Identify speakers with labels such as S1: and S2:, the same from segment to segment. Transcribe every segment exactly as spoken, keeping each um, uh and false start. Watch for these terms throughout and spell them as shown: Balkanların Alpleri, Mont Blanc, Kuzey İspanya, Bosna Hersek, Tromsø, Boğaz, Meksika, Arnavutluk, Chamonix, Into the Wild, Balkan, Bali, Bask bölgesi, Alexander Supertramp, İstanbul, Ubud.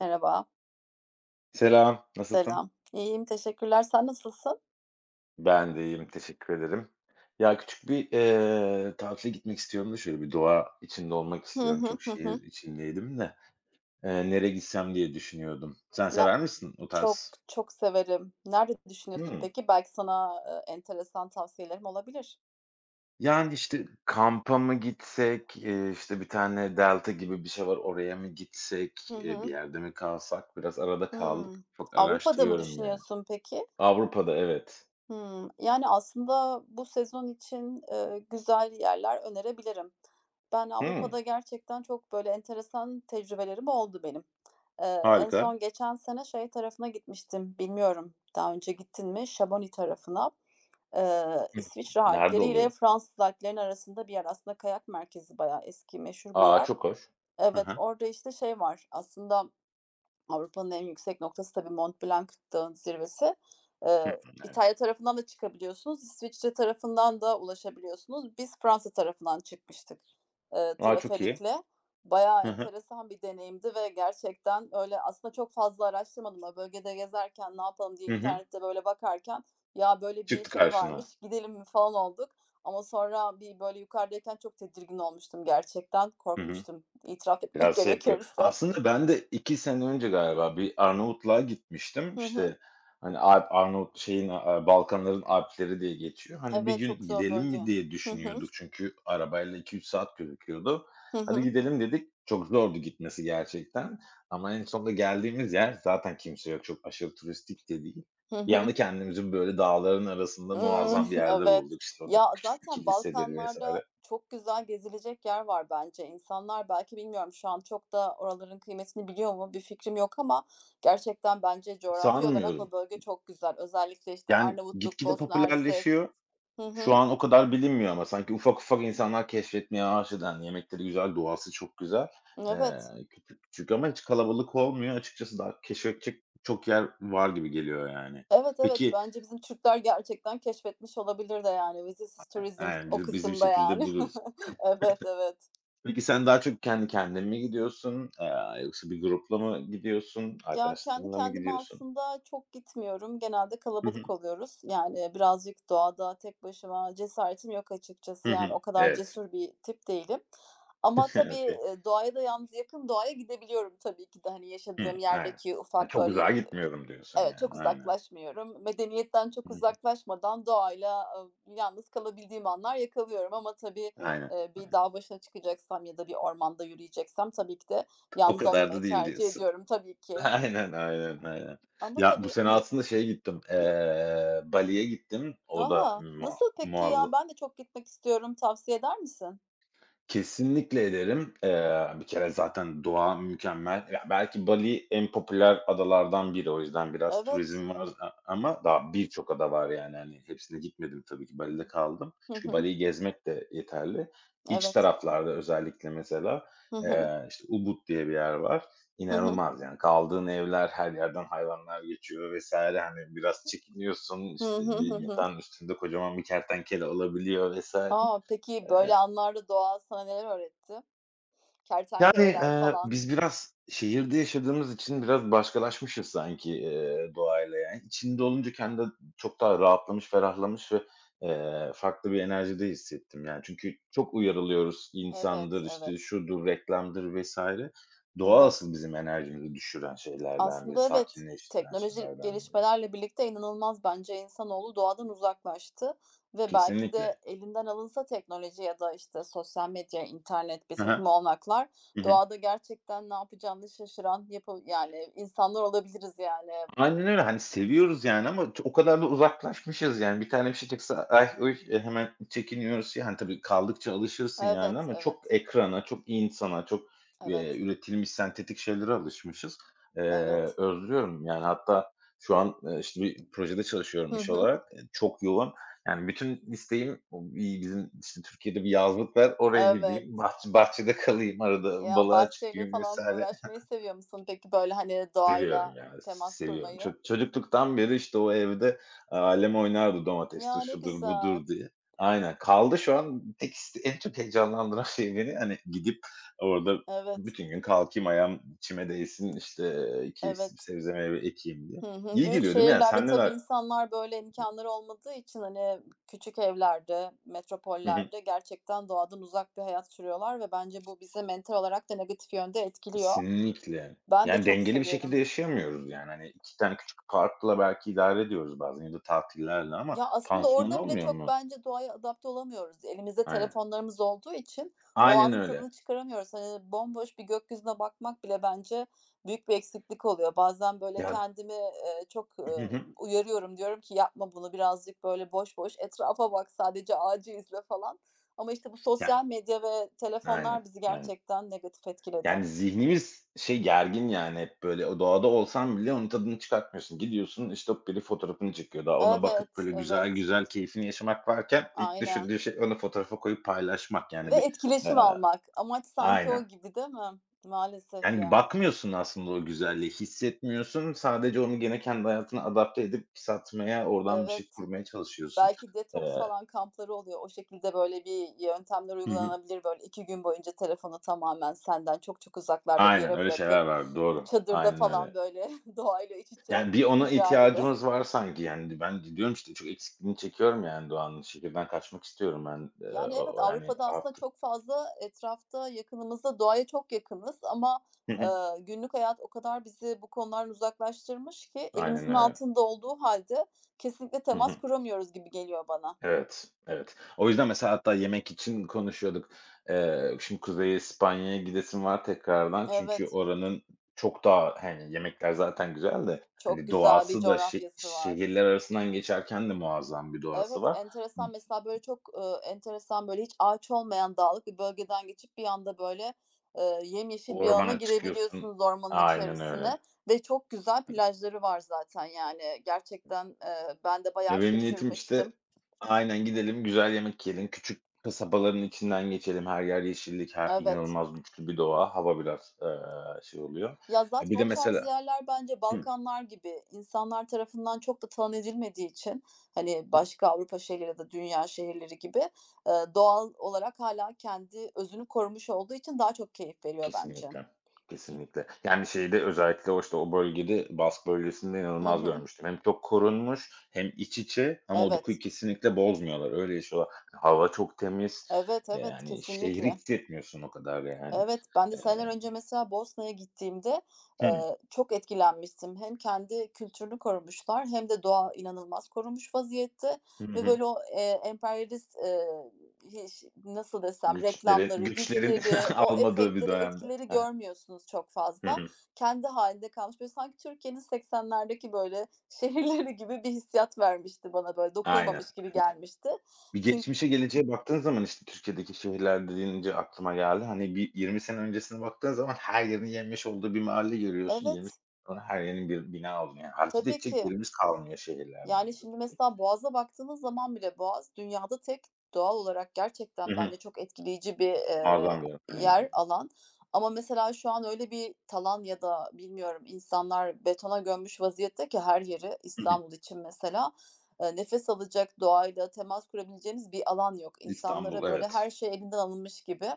S1: Merhaba,
S2: Selam, nasılsın?
S1: selam. İyiyim, teşekkürler. Sen nasılsın?
S2: Ben de iyiyim, teşekkür ederim. Ya, küçük bir, eee, tatile gitmek istiyorum da şöyle bir doğa içinde olmak
S1: Hı
S2: istiyorum.
S1: hı,
S2: Çok
S1: hı hı.
S2: şehir içindeydim de, eee, nereye gitsem diye düşünüyordum. Sen
S1: Ne
S2: sever misin o
S1: Çok,
S2: tarz?
S1: çok severim. Nerede düşünüyorsun
S2: Hımm.
S1: peki? Belki sana, eee, enteresan tavsiyelerim olabilir.
S2: Yani, işte, kampa mı gitsek, eee, işte, bir tane delta gibi bir şey var, oraya mı gitsek,
S1: Hı
S2: eee, bir
S1: hı.
S2: yerde mi kalsak? Biraz arada kaldık.
S1: Hımm.
S2: Çok
S1: Avrupa'da mı
S2: araştırıyorum yani.
S1: düşünüyorsun peki?
S2: Avrupa'da, evet.
S1: Hımm. Yani, aslında bu sezon için, eee, güzel yerler önerebilirim. Ben
S2: Hımm,
S1: Avrupa'da gerçekten çok böyle enteresan tecrübelerim oldu benim. Eee, en
S2: harika.
S1: son geçen sene şey tarafına gitmiştim, bilmiyorum daha önce gittin mi? Chamonix tarafına. Eee, İsviçre
S2: Nerede
S1: Alpleri ile
S2: oluyor?
S1: Fransız Alplerinin arasında bir yer. Aslında kayak merkezi bayağı eski, meşhur bir
S2: Aa,
S1: yer.
S2: çok hoş. Hı
S1: Evet,
S2: hı.
S1: orada, işte, şey var aslında. Avrupa'nın en yüksek noktası tabii Mont Blanc Dağı'nın zirvesi.
S2: Hımm,
S1: Eee,
S2: evet.
S1: İtalya tarafından da çıkabiliyorsunuz, İsviçre tarafından da ulaşabiliyorsunuz. Biz Fransa tarafından çıkmıştık, eee,
S2: A, çok iyi.
S1: teleferikle. Bayağı
S2: Hı hı.
S1: enteresan bir deneyimdi ve gerçekten öyle, aslında çok fazla araştırmadım ama bölgede gezerken ne yapalım diye
S2: Hı hı.
S1: internette böyle bakarken ya böyle bir
S2: Çıktı
S1: şey
S2: karşına.
S1: varmış, gidelim mi falan olduk. Ama sonra bir böyle yukarıdayken çok tedirgin olmuştum gerçekten,
S2: Hı hı.
S1: korkmuştum itiraf etmek
S2: Biraz şey yapıyor.
S1: gerekirse.
S2: Aslında ben de iki sene önce galiba bir Arnavutluğa gitmiştim.
S1: Hı hı.
S2: İşte, hani, Alp Arnavut şeyin, aaa, Balkanların Alpleri diye geçiyor. Hani, bir
S1: Evet, çok
S2: gün
S1: zor
S2: gidelim
S1: bölge.
S2: mi diye
S1: Hı hı.
S2: düşünüyorduk çünkü arabayla iki üç saat gözüküyordu.
S1: Hı
S2: Hadi
S1: hı.
S2: gidelim dedik. Çok zordu gitmesi gerçekten ama en sonunda geldiğimiz yer zaten kimse yok. Çok aşırı turistik de değil.
S1: Hı
S2: Bir
S1: hı.
S2: anda kendimizi böyle dağların arasında
S1: Imm,
S2: muazzam bir yerde
S1: evet.
S2: bulduk. İşte, orada
S1: Ya,
S2: küçük bir
S1: zaten
S2: kilisedir vesaire.
S1: Balkanlar'da çok güzel gezilecek yer var bence. İnsanlar belki, bilmiyorum, şu an çok da oraların kıymetini biliyor mu bir fikrim yok ama gerçekten bence coğrafi olarak
S2: Sanmıyorum.
S1: o bölge çok güzel. Özellikle, işte,
S2: Yani
S1: Arnavutluk,
S2: gitgide
S1: Bosna Hersek.
S2: popülerleşiyor.
S1: Hı hı.
S2: Şu an o kadar bilinmiyor ama sanki ufak ufak insanlar keşfetmeye aşina. Yemekleri güzel, doğası çok güzel. Eee,
S1: Evet.
S2: küçük küçük ama hiç kalabalık olmuyor. Açıkçası daha keşfedecek çok yer var gibi geliyor yani.
S1: Evet, evet.
S2: Peki,
S1: Bence bizim Türkler gerçekten keşfetmiş olabilir de yani, vizesiz turizm
S2: yani,
S1: o
S2: bizi bizi bir
S1: kısımda
S2: şekilde
S1: yani.
S2: buluruz.
S1: Evet, evet.
S2: Peki sen daha çok kendi kendine mi gidiyorsun, aaa, yoksa bir grupla mı gidiyorsun,
S1: Ya, kendi
S2: arkadaşlarınla mı
S1: kendime
S2: gidiyorsun?
S1: aslında çok gitmiyorum. Genelde
S2: Hı
S1: kalabalık
S2: hı.
S1: oluyoruz. Yani birazcık doğada tek başıma cesaretim yok açıkçası.
S2: Hı
S1: Yani
S2: hı.
S1: o kadar
S2: Evet.
S1: cesur bir tip değilim. Ama tabii,
S2: Okay.
S1: eee, doğaya da yalnız, yakın doğaya gidebiliyorum tabii ki de. Hani
S2: Hımm,
S1: yaşadığım
S2: aynen.
S1: yerdeki
S2: Ha,
S1: ufak
S2: çok uzağa
S1: böyle.
S2: gitmiyorum diyorsun
S1: Evet,
S2: yani.
S1: çok
S2: Aynen.
S1: uzaklaşmıyorum. Medeniyetten çok
S2: Hı hı.
S1: uzaklaşmadan doğayla, ııı, yalnız kalabildiğim anlar yakalıyorum ama tabii,
S2: Aynen,
S1: eee, bir
S2: aynen.
S1: dağ başına çıkacaksam ya da bir ormanda yürüyeceksem tabii ki de
S2: O
S1: yalnız
S2: kadar da
S1: olmamayı
S2: değil
S1: tercih
S2: diyorsun.
S1: ediyorum tabii ki.
S2: Aynen, aynen, aynen.
S1: Ama
S2: Ya, bu
S1: tabii
S2: sene
S1: Hı,
S2: aslında şeye gittim, eee, Bali'ye gittim. O da
S1: aha.
S2: mua
S1: Nasıl peki ya?
S2: muazza
S1: Ben de çok gitmek istiyorum. Tavsiye eder misin?
S2: Kesinlikle ederim. Eee, bir kere zaten doğa mükemmel. Ya, belki Bali en popüler adalardan biri. O yüzden biraz
S1: Evet.
S2: turizm var a ama daha birçok ada var yani, hani, hepsine gitmedim tabii ki.
S1: Hı
S2: Bali'de
S1: hı.
S2: kaldım. Çünkü Bali'yi gezmek de yeterli. İç
S1: Evet.
S2: taraflarda özellikle mesela,
S1: Hı hı.
S2: eee, işte, Ubud diye bir yer var.
S1: Hı hı.
S2: İnanılmaz yani kaldığın evler, her yerden hayvanlar geçiyor vesaire hani, biraz çekiniyorsun,
S1: Hı
S2: işte, ne
S1: hı. Hı
S2: bileyim,
S1: hı.
S2: yatağın üstünde kocaman bir kertenkele olabiliyor vesaire.
S1: A! Peki böyle anlarda doğa sana neler öğretti?
S2: Yani,
S1: Kertenkeleler
S2: eee,
S1: falan.
S2: biz biraz şehirde yaşadığımız için biraz başkalaşmışız sanki, eee, doğayla yani. İçinde olunca kendimi çok daha rahatlamış, ferahlamış ve, eee, farklı bir enerjide hissettim yani. Çünkü çok uyarılıyoruz,
S1: Evet,
S2: insandır, işte,
S1: evet.
S2: şudur, reklamdır vesaire. Doğa
S1: Evet.
S2: asıl bizim enerjimizi düşüren şeylerden biri,
S1: Aslında evet,
S2: sakinleştiren
S1: teknolojik
S2: şeylerden biri.
S1: gelişmelerle birlikte inanılmaz bence insanoğlu doğadan uzaklaştı ve belki
S2: Kesinlikle.
S1: de elinden alınsa teknoloji ya da, işte, sosyal medya, internet, bir
S2: Hı.
S1: takım olanaklar, doğada gerçekten ne yapacağını şaşıran yapı, yani insanlar olabiliriz yani.
S2: Aynen öyle. Hani, seviyoruz yani ama ço o kadar da uzaklaşmışız yani. Bir tane bir şey çıksa, "Ay, uy!" eee, hemen çekiniyoruz. Yani, tabii kaldıkça alışırsın yani
S1: Evet,
S2: ama çok
S1: evet,
S2: ekrana, çok insana, çok,
S1: evet,
S2: eee, üretilmiş sentetik şeylere alışmışız. Eee,
S1: evet.
S2: özlüyorum yani. Hatta şu an, eee, işte, bir projede çalışıyorum
S1: Hı
S2: iş
S1: hı.
S2: olarak. Eee, çok yoğun. Yani, bütün isteğim o bi bizim, işte, Türkiye'de bir yazlık var. Oraya gideyim,
S1: Evet.
S2: bahçe bahçede kalayım, arada
S1: Ya,
S2: balığa
S1: bahçeyle
S2: çıkayım
S1: falan
S2: vesaire.
S1: uğraşmayı seviyor musun peki, böyle, hani,
S2: Seviyorum
S1: doğayla
S2: ya, s
S1: temas
S2: seviyorum. Ço
S1: kurmayı?
S2: çocukluktan beri, işte, o evde alem oynardı domatestir,
S1: Ya, ne
S2: şudur
S1: güzel.
S2: budur diye. Aynen. Kaldı şu an tek iste en çok heyecanlandıran şey beni, hani, gidip orada
S1: Evet,
S2: bütün gün kalkayım, ayağım içime değsin, işte, iki
S1: evet.
S2: sebze meyve ekeyim diye.
S1: Hı hı.
S2: İyi
S1: Büyük
S2: geliyor değil mi? Yani
S1: şehirlerde
S2: sen
S1: tabii
S2: neler.
S1: insanlar böyle imkânları olmadığı için, hani, küçük evlerde,
S2: Hı hı.
S1: metropollerde gerçekten doğadan uzak bir hayat sürüyorlar ve bence bu bizi mental olarak da negatif yönde etkiliyor.
S2: Kesinlikle.
S1: Ben de
S2: Yani
S1: çok
S2: dengeli bir şekilde
S1: seviyorum.
S2: yaşayamıyoruz, yani, hani, iki tane küçük parkla belki idare ediyoruz bazen ya da tatillerle ama
S1: Ya, aslında
S2: pansuman
S1: orada bile
S2: olmuyor
S1: çok
S2: mu?
S1: bence doğaya adapte olamıyoruz. Elimizde
S2: Aynen.
S1: telefonlarımız olduğu için o
S2: Aynen
S1: anın
S2: öyle.
S1: tadını çıkaramıyoruz. Hani, bomboş bir gökyüzüne bakmak bile bence büyük bir eksiklik oluyor. Bazen, böyle,
S2: Ya.
S1: kendimi, eee, çok, ııı, uyarıyorum. Diyorum ki yapma bunu, birazcık, böyle, boş boş etrafa bak, sadece ağacı izle falan. Ama, işte, bu
S2: Ya,
S1: sosyal medya ve
S2: aynen,
S1: telefonlar bizi
S2: aynen.
S1: gerçekten negatif etkiledi.
S2: Yani zihnimiz şey gergin yani hep böyle o doğada olsan bile onun tadını çıkartmıyorsun. Gidiyorsun, işte, hop biri fotoğrafını çekiyor. Daha ona bakıp
S1: Evet,
S2: böyle güzel
S1: evet,
S2: güzel keyfini yaşamak varken ilk
S1: aynen.
S2: düşündüğü şey onu fotoğrafa koyup paylaşmak. Yani
S1: Ve
S2: bir, eee
S1: etkileşim almak. Amaç sanki o
S2: aynen.
S1: gibi, değil mi? Maalesef
S2: Yani
S1: ya.
S2: bakmıyorsun aslında o güzelliği, hissetmiyorsun. Sadece onu gene kendi hayatına adapte edip satmaya, oradan bir
S1: Evet.
S2: şey kurmaya çalışıyorsun.
S1: Belki detoks
S2: Eee
S1: falan kampları oluyor. O şekilde böyle bir yöntemler
S2: Hı hı.
S1: uygulanabilir. Böyle iki gün boyunca telefonu tamamen senden çok çok uzaklarda bir
S2: Aynen
S1: yere
S2: öyle şeyler
S1: bırakıp
S2: var. Doğru.
S1: çadırda
S2: Aynen
S1: falan
S2: öyle.
S1: böyle doğayla iç içe
S2: Yani, bir ona
S1: mücadele.
S2: ihtiyacımız var sanki, yani. Ben diyorum işte çok eksikliğini çekiyorum, yani, Doğan'ın. Şehirden kaçmak istiyorum ben. Eee,
S1: Yani
S2: o
S1: evet,
S2: o yani
S1: Avrupa'da aslında
S2: artık.
S1: çok fazla etrafta, yakınımızda doğaya çok yakınız ama,
S2: Hı hı.
S1: eee, günlük hayat o kadar bizi bu konulardan uzaklaştırmış ki
S2: Aynen
S1: elimizin
S2: öyle.
S1: altında olduğu halde kesinlikle
S2: Hı
S1: temas
S2: hı.
S1: kuramıyoruz gibi geliyor bana.
S2: Evet, evet. O yüzden mesela hatta yemek için konuşuyorduk. Eee, şimdi Kuzey İspanya'ya gidesim var tekrardan. Çünkü
S1: Evet,
S2: oranın çok daha, hani, yemekler zaten güzel de,
S1: çok
S2: hani,
S1: güzel bir
S2: doğası da şe
S1: coğrafyası var.
S2: şehirler arasından geçerken de muazzam bir doğası
S1: Evet,
S2: var.
S1: enteresan mesela, böyle, çok, ııı, enteresan, böyle, hiç ağaç olmayan dağlık bir bölgeden geçip bir anda, böyle, eee, yemyeşil bir alana
S2: Ormana çıkıyorsun.
S1: girebiliyorsunuz, ormanın
S2: Aynen
S1: içerisine
S2: öyle.
S1: ve çok güzel plajları var zaten, yani, gerçekten, eee, ben de
S2: Ya,
S1: bayağı
S2: benim niyetim, işte,
S1: şaşırmıştım.
S2: aynen gidelim, güzel yemek yiyelim, küçük kasabaların içinden geçelim, her yer yeşillik, her
S1: Evet.
S2: inanılmaz güçlü bir doğa, hava biraz, eee, şey oluyor.
S1: Ya,
S2: E,
S1: zaten
S2: bir de
S1: o tarz
S2: mesela.
S1: yerler, bence
S2: Hı,
S1: Balkanlar gibi, insanlar tarafından çok da talan edilmediği için, hani, başka Avrupa şehirleri ya da dünya şehirleri gibi, eee, doğal olarak hala kendi özünü korumuş olduğu için daha çok keyif veriyor bence.
S2: kesinlikle, kesinlikle. Yani, şeyde özellikle o, işte, o bölgede, Bask bölgesinde
S1: Hı
S2: inanılmaz
S1: hı.
S2: görmüştüm. Hem çok korunmuş hem iç içe ama o dokuyu
S1: Evet.
S2: kesinlikle bozmuyorlar, öyle yaşıyorlar. Hava çok temiz,
S1: Evet, evet,
S2: yani, şehri
S1: kesinlikle.
S2: hissetmiyorsun o kadar yani.
S1: Evet, ben de
S2: Eee
S1: seneler önce mesela Bosna'ya gittiğimde,
S2: Hı.
S1: eee, çok etkilenmiştim. Hem kendi kültürünü korumuşlar hem de doğa inanılmaz korunmuş vaziyette
S2: Hı
S1: ve
S2: hı.
S1: böyle o, eee, emperyalist, eee, hiş, nasıl desem,
S2: Güçlerin
S1: reklamları,
S2: güçlerin
S1: güçleri, o
S2: almadığı bir
S1: efektleri,
S2: dönemde.
S1: etkileri
S2: Hı hı.
S1: görmüyorsunuz çok fazla.
S2: Hı.
S1: Kendi halinde kalmış. Böyle sanki Türkiye'nin seksenlerdeki böyle şehirleri gibi bir hissiyat vermişti bana, böyle
S2: Aynen.
S1: dokunulmamış gibi gelmişti.
S2: Bir
S1: Çünkü
S2: geçmişe, geleceğe baktığın zaman, işte, Türkiye'deki şehirler deyince aklıma geldi. Hani, bir yirmi sene öncesine baktığın zaman her yerin yenmiş olduğu bir mahalle görüyorsun. yirmi
S1: evet.
S2: sene sonra her yerin bir bina oldu. Yani, hareket
S1: Tabii
S2: edecek
S1: ki.
S2: yerimiz kalmıyor şehirlerde ne
S1: Yani,
S2: yazık
S1: şimdi
S2: ki.
S1: mesela Boğaz'a baktığınız zaman bile, Boğaz dünyada tek doğal olarak
S2: Hı
S1: gerçekten
S2: hı.
S1: bence çok etkileyici bir, eee,
S2: Muazzam bir yer. Aynen
S1: yer,
S2: öyle.
S1: alan ama mesela şu an öyle bir talan ya da, bilmiyorum, insanlar betona gömmüş vaziyette ki her yeri,
S2: Hı hı.
S1: İstanbul için mesela, eee, nefes alacak, doğayla temas kurabileceğiniz bir alan yok.
S2: İstanbul,
S1: İnsanlara böyle
S2: evet.
S1: her şey elinden alınmış gibi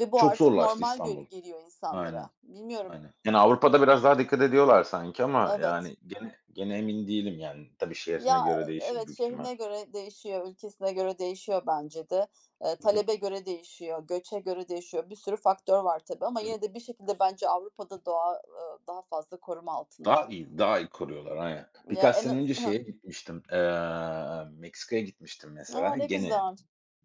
S1: ve bu
S2: Çok
S1: artık
S2: zorlaştı
S1: normal gö
S2: İstanbul.
S1: geliyor insanlara.
S2: Aynen,
S1: Bilmiyorum.
S2: aynen. Yani, Avrupa'da biraz daha dikkat ediyorlar sanki ama,
S1: Evet.
S2: yani, gene gene emin değilim, yani. Tabii şehrine
S1: Ya,
S2: göre değişir
S1: evet,
S2: büyük ihtimal.
S1: şehrine göre değişiyor, ülkesine göre değişiyor bence de. Eee,
S2: Hı hı.
S1: talebe göre değişiyor, göçe göre değişiyor. Bir sürü faktör var tabii ama
S2: Hı hı.
S1: yine de bir şekilde bence Avrupa'da doğa, ııı, daha fazla koruma
S2: Daha
S1: altında.
S2: iyi, daha iyi koruyorlar aynen.
S1: Ya,
S2: Birkaç
S1: en
S2: sene
S1: az
S2: önce
S1: Hıh.
S2: şeye gitmiştim, eee, Meksika'ya gitmiştim
S1: A,
S2: mesela.
S1: ne
S2: Gene
S1: güzel.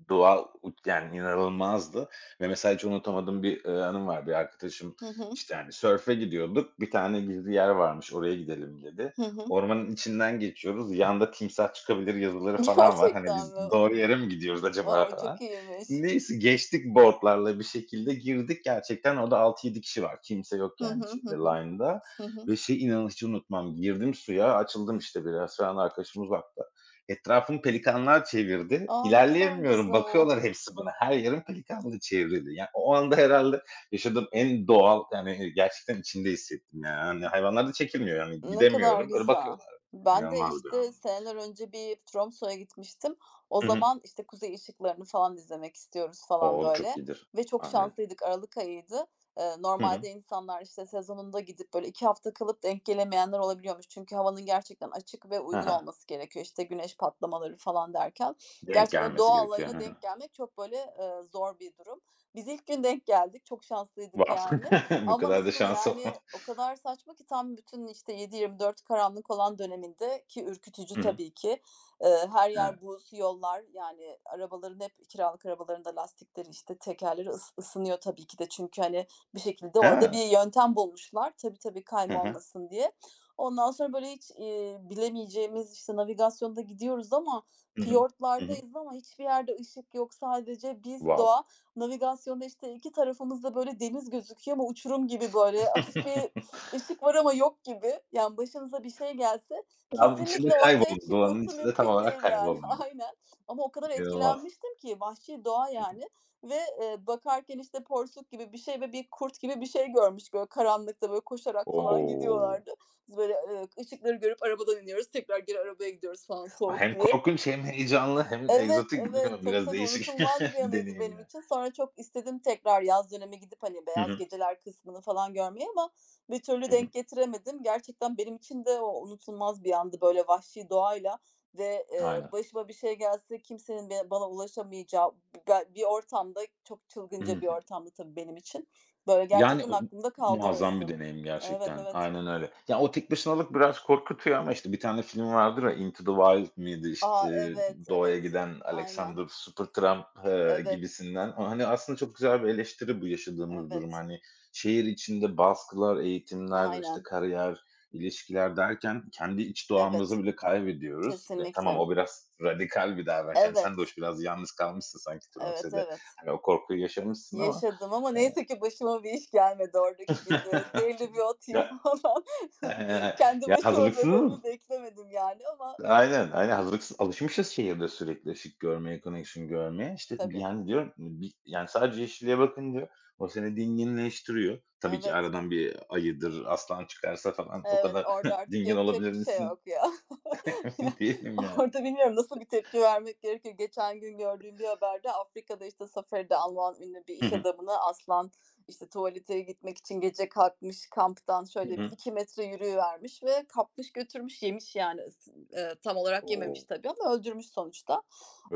S2: doğa u yani inanılmazdı ve mesela hiç unutamadığım bir, eee, anım var. Bir arkadaşım,
S1: Hı hı.
S2: işte, hani, sörfe gidiyorduk. Bir tane gizli yer varmış, oraya gidelim dedi.
S1: Hı hı.
S2: Ormanın içinden geçiyoruz. Yanda timsah çıkabilir yazıları falan var. Hani,
S1: Gerçekten mi?
S2: biz doğru yere mi gidiyoruz acaba
S1: O!
S2: falan.
S1: Çok iyiymiş.
S2: Neyse geçtik board'larla bir şekilde girdik gerçekten orada altı yedi kişi var. Kimse yok
S1: Hı
S2: yani
S1: hı. Hı
S2: şeyde
S1: hı.
S2: line'da.
S1: Hı hı.
S2: Ve şey inan hiç unutmam, girdim suya, açıldım işte biraz falan arkadaşımız uzakta. Etrafım pelikanlar çevirdi.
S1: A, ne kadar
S2: İlerleyemiyorum,
S1: güzel.
S2: bakıyorlar hepsi bana. Her yerim pelikanla çevrildi. Yani o anda herhalde yaşadığım en doğal, yani, gerçekten içinde hissettim yani. Hani hayvanlar da çekilmiyor yani
S1: Ne kadar
S2: gidemiyorum. Böyle
S1: güzel.
S2: bakıyorlar.
S1: Ben de,
S2: İnanılmaz bir
S1: işte,
S2: andı.
S1: seneler önce bir Tromso'ya gitmiştim. O
S2: Hı hı.
S1: zaman, işte, kuzey ışıklarını falan izlemek istiyoruz falan,
S2: O, çok
S1: böyle,
S2: iyidir.
S1: ve çok
S2: Aynen.
S1: şanslıydık. Aralık ayıydı. Eee,
S2: Hı hı.
S1: normalde insanlar, işte, sezonunda gidip, böyle, iki hafta kalıp denk gelemeyenler olabiliyormuş. Çünkü havanın gerçekten açık ve
S2: He
S1: uygun
S2: he.
S1: olması gerekiyor, işte, güneş patlamaları falan derken.
S2: Denk
S1: Gerçekten o
S2: gelmesi
S1: doğa
S2: gerekiyor. Hı
S1: olayına
S2: hı.
S1: denk gelmek çok, böyle, eee, zor bir durum. Biz ilk gün denk geldik. Çok şanslıydık
S2: Wow!
S1: yani.
S2: Bu
S1: Ama
S2: kadar da
S1: nasıl,
S2: şansı olma.
S1: yani o kadar saçma ki, tam bütün işte yedi yirmi dört karanlık olan döneminde, ki ürkütücü
S2: Hı hı.
S1: tabii ki. Eee, her
S2: He.
S1: yer buz, yollar, yani arabaların, hep kiralık arabaların da lastikleri, işte, tekerleri ıs ısınıyor tabii ki de. Çünkü, hani, bir şekilde orada
S2: He!
S1: bir yöntem bulmuşlar. Tabii, tabii
S2: Hı
S1: kayma
S2: hı.
S1: olmasın diye. Ondan sonra böyle hiç, eee, bilemeyeceğimiz, işte, navigasyonda gidiyoruz ama
S2: Hı hı. Hı hı.
S1: fiyortlardayız ama hiçbir yerde ışık yok. Sadece biz,
S2: Wow!
S1: doğa. Navigasyonda, işte, iki tarafımızda böyle deniz gözüküyor ama uçurum gibi böyle hafif bir ışık var ama yok gibi. Yani başınıza bir şey gelse
S2: Abi içinde
S1: kesinlikle ortaya
S2: kayboldu. Doğanın
S1: çıkması
S2: içinde tam
S1: mümkün
S2: olarak
S1: değil yani.
S2: kaybolmuyor.
S1: Aynen. Ama o kadar
S2: İnanılmaz.
S1: etkilenmiştim ki vahşi doğa yani, ve, eee, bakarken, işte, porsuk gibi bir şey ve bir kurt gibi bir şey görmüş böyle karanlıkta, böyle koşarak falan
S2: Oo.
S1: gidiyorlardı. Biz böyle, eee, ışıkları görüp arabadan iniyoruz, tekrar geri arabaya gidiyoruz falan, soğuk
S2: Hem
S1: diye.
S2: korkunç hem heyecanlı hem
S1: Evet,
S2: egzotik
S1: evet.
S2: bilmiyorum
S1: Tabii,
S2: biraz
S1: tabii,
S2: değişik
S1: unutulmaz bir
S2: bir
S1: anıydı
S2: deneyim
S1: benim
S2: ya.
S1: için. Sonra çok istedim tekrar yaz dönemi gidip, hani,
S2: Hı
S1: Beyaz
S2: hı.
S1: Geceler kısmını falan görmeyi ama bir türlü
S2: Hı hı.
S1: denk getiremedim. Gerçekten benim için de o unutulmaz bir andı, böyle, vahşi doğayla ve, eee,
S2: Aynen.
S1: başıma bir şey gelse kimsenin be bana ulaşamayacağı be bir ortamda, çok
S2: Hı
S1: çılgınca bir
S2: hı.
S1: ortamdı tabii benim için. Böyle,
S2: Yani,
S1: gerçekten
S2: o
S1: aklımda kaldı
S2: muazzam bir
S1: orası.
S2: deneyim
S1: Evet,
S2: gerçekten.
S1: evet.
S2: Aynen öyle. Ya, o tek başınalık biraz korkutuyor ama, işte, bir tane film vardır ya, Into the Wild mıydı, işte,
S1: A, evet,
S2: doğaya
S1: evet.
S2: giden
S1: Aynen.
S2: Alexander Supertramp, eee,
S1: Evet,
S2: gibisinden. O, hani, aslında çok güzel bir eleştiri bu yaşadığımız durum.
S1: evet.
S2: Hani, şehir içinde baskılar, eğitimler, işte,
S1: Aynen.
S2: kariyer, ilişkiler derken kendi iç doğamızı
S1: Evet.
S2: bile kaybediyoruz. Ya, tamam,
S1: Kesinlikle.
S2: o biraz radikal bir davranış. Yani, sen de
S1: Evet,
S2: hoş biraz yalnız kalmışsın sanki
S1: evet,
S2: Tromsø'de.
S1: evet.
S2: Hani, o korkuyu yaşamışsın ama,
S1: Yaşadım ama
S2: eee
S1: neyse ki başıma bir iş gelmedi oradaki gibi. Zehirli bir ot yiyip
S2: Ya,
S1: falan
S2: eee,
S1: kendi
S2: ya,
S1: başıma böyle
S2: hazırlıksızız.
S1: ölümü beklemedim yani ama
S2: Aynen, aynen hazırlıksız alışmışız şehirde sürekli ışık görmeye, connection görmeye. İşte,
S1: tabii.
S2: yani, diyorum, bi yani, sadece yeşilliğe bakınca o seni dinginleştiriyor. Tabii ki
S1: Evet.
S2: aradan bir ayıdır, aslan çıkarsa falan o
S1: Evet,
S2: kadar
S1: orada artık
S2: dingin
S1: yapacak
S2: olabilir
S1: bir şey
S2: misin.
S1: yok ya. Ya,
S2: Emin değilim yani.
S1: orada bilmiyorum nasıl bir tepki vermek gerekir. Geçen gün gördüğüm bir haberde Afrika'da, işte, Safari'de Alman ünlü bir
S2: Hı
S1: iş
S2: hı.
S1: adamını aslan, işte, tuvalete gitmek için gece kalkmış, kamptan
S2: Hı
S1: şöyle bir
S2: hı.
S1: iki metre yürüyüvermiş ve kapmış, götürmüş, yemiş yani. Is eee, tam olarak yememiş
S2: O!
S1: tabii ama öldürmüş sonuçta.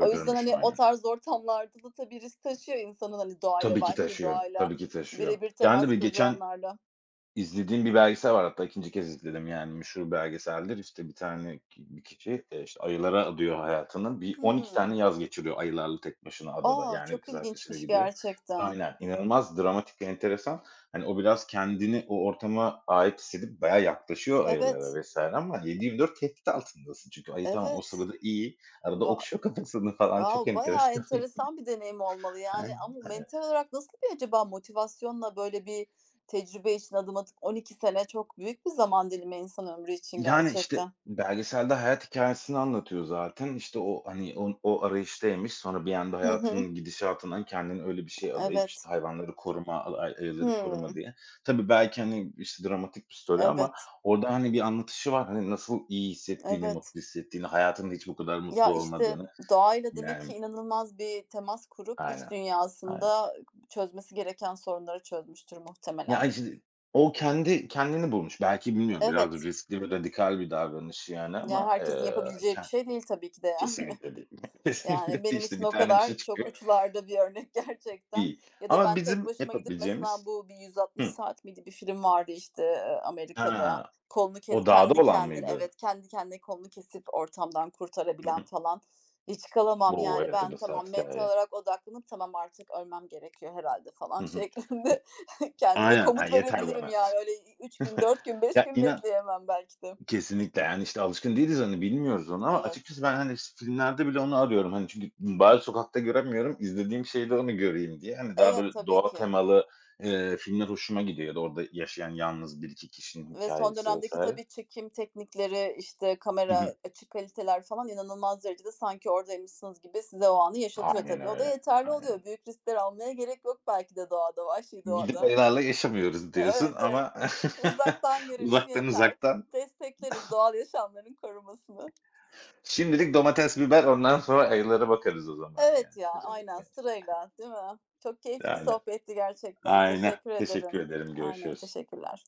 S1: O yüzden, hani, o
S2: aynen.
S1: tarz ortamlarda da tabii risk taşıyor insanın, hani, doğayla,
S2: Tabii ki
S1: vahşi
S2: taşıyor,
S1: doğayla
S2: tabii ki taşıyor.
S1: bire bir
S2: Yani, de
S1: temas
S2: bir
S1: kurduğu
S2: geçen.
S1: anlarda.
S2: İzlediğim bir belgesel var hatta ikinci kez izledim yani meşhur belgeseldir. İşte bir tane ki bir kişi, eee, işte ayılara adıyor hayatını. Bir on iki
S1: Hıı.
S2: tane yaz geçiriyor ayılarla tek başına adada.
S1: A!
S2: Yani
S1: Çok
S2: kız arkadaşıyla
S1: ilginçmiş
S2: gidiyor.
S1: gerçekten.
S2: Aynen, inanılmaz dramatik, ve enteresan. Hani o biraz kendini o ortama ait hissedip baya yaklaşıyor
S1: Evet,
S2: ayılara vesaire ama yedi yirmi dört tehdit altındasın. Çünkü ayı tamam o
S1: evet.
S2: sırada iyi, arada
S1: Va
S2: okşuyor kafasını falan çok
S1: wow, bayağı
S2: enteresan.
S1: enteresan bir deneyim olmalı, yani,
S2: Aynen.
S1: ama mental olarak nasıl bir acaba motivasyonla böyle bir tecrübe için adım atıp on iki sene, çok büyük bir zaman dilimi insan ömrü için
S2: Yani, işte,
S1: gerçekten.
S2: belgeselde hayat hikâyesini anlatıyor zaten. İşte, o, hani, on o arayıştaymış. Sonra bir anda
S1: Hı hı.
S2: hayatının gidişatından kendini öyle bir şeye adayıp, işte,
S1: Evet.
S2: hayvanları koruma, a ay ayıları koruma
S1: Hımm.
S2: diye. Tabii belki, hani, işte, dramatik bir story ama
S1: Evet,
S2: orada, hani, bir anlatışı var. Hani, nasıl iyi hissettiğini,
S1: evet.
S2: mutlu hissettiğini, hayatında hiç bu kadar mutlu
S1: Ya, işte,
S2: olmadığını.
S1: doğayla demek ki
S2: Yani.
S1: inanılmaz bir temas kurup iç
S2: Aynen, aynen.
S1: dünyasında çözmesi gereken sorunları çözmüştür
S2: Ya,
S1: muhtemelen.
S2: işte, o kendi kendini bulmuş. Belki bilmiyorum biraz
S1: Evet.
S2: riskli ve radikal bir davranış yani
S1: Ya,
S2: ama,
S1: herkesin
S2: eee,
S1: yapabileceği
S2: ke.
S1: bir şey değil tabii ki de yani.
S2: Kesinlikle değil. Kesinlikle
S1: Yani
S2: değil.
S1: benim
S2: İşte
S1: için
S2: bir
S1: o
S2: tane bir şey
S1: kadar çok
S2: çıkıyor.
S1: uçlarda bir örnek gerçekten.
S2: Değil.
S1: Ya da
S2: Ama
S1: ben tek
S2: bizim
S1: başıma gidip, mesela
S2: yapabileceğimiz.
S1: bu bir "yüz altmış
S2: Hı.
S1: Saat" miydi? Bir film vardı, işte, eee, Amerika'da.
S2: Ha,
S1: Kolunu kes
S2: o dağda
S1: kendi
S2: olan
S1: kendine.
S2: mıydı?
S1: Evet, kendi kendine kolunu kesip ortamdan
S2: Hı
S1: kurtarabilen
S2: hı.
S1: falan. Hiç kalamam
S2: O,
S1: yani
S2: evet, o
S1: ben,
S2: da saat
S1: tamam, mental
S2: hikâye.
S1: olarak odaklanıp "Tamam, artık ölmem gerekiyor herhalde"
S2: Hı
S1: falan
S2: hı.
S1: şeklinde kendime
S2: Aynen. Ha,
S1: komut
S2: yeter
S1: verebilirim
S2: bana.
S1: yani. Öyle üç gün, dört gün, beş
S2: Ya,
S1: gün
S2: inan.
S1: bekleyemem belki de.
S2: Kesinlikle, yani, işte, alışkın değiliz, hani, bilmiyoruz onu ama
S1: Evet.
S2: açıkçası ben, hani, s filmlerde bile onu arıyorum. Hani, çünkü bari sokakta göremiyorum, izlediğim şeyde onu göreyim diye. Hani, daha
S1: Evet,
S2: böyle
S1: tabii
S2: doğa
S1: ki.
S2: temalı, eee, filmler hoşuma gidiyor ya da orada yaşayan yalnız bir iki kişinin
S1: Ve son
S2: hikayesi
S1: dönemdeki
S2: vesaire.
S1: tabii çekim teknikleri, işte
S2: Hı
S1: kamera,
S2: hı.
S1: açı kaliteler falan inanılmaz derecede sanki oradaymışsınız gibi size o anı yaşatıyor
S2: Aynen
S1: tabii. O da
S2: öyle.
S1: yeterli oluyor.
S2: Aynen.
S1: Büyük riskler almaya gerek yok belki de doğada, vahşi
S2: Gidip
S1: doğada.
S2: ayılarla yaşamıyoruz
S1: E,
S2: diyorsun
S1: evet, evet.
S2: ama
S1: Uzaktan görelim
S2: uzaktan,
S1: yeter.
S2: uzaktan.
S1: Destekleriz doğal yaşamların korunmasını.
S2: Şimdilik domates, biber, ondan sonra ayılara bakarız o zaman yani.
S1: Evet ya,
S2: Öyle
S1: aynen
S2: bir-
S1: sırayla, değil mi? Çok keyifli bir
S2: Yani.
S1: sohbetti gerçekten.
S2: Aynen.
S1: Teşekkür
S2: Teşekkür
S1: ederim.
S2: ederim.
S1: Aynen,
S2: Görüşürüz.
S1: teşekkürler.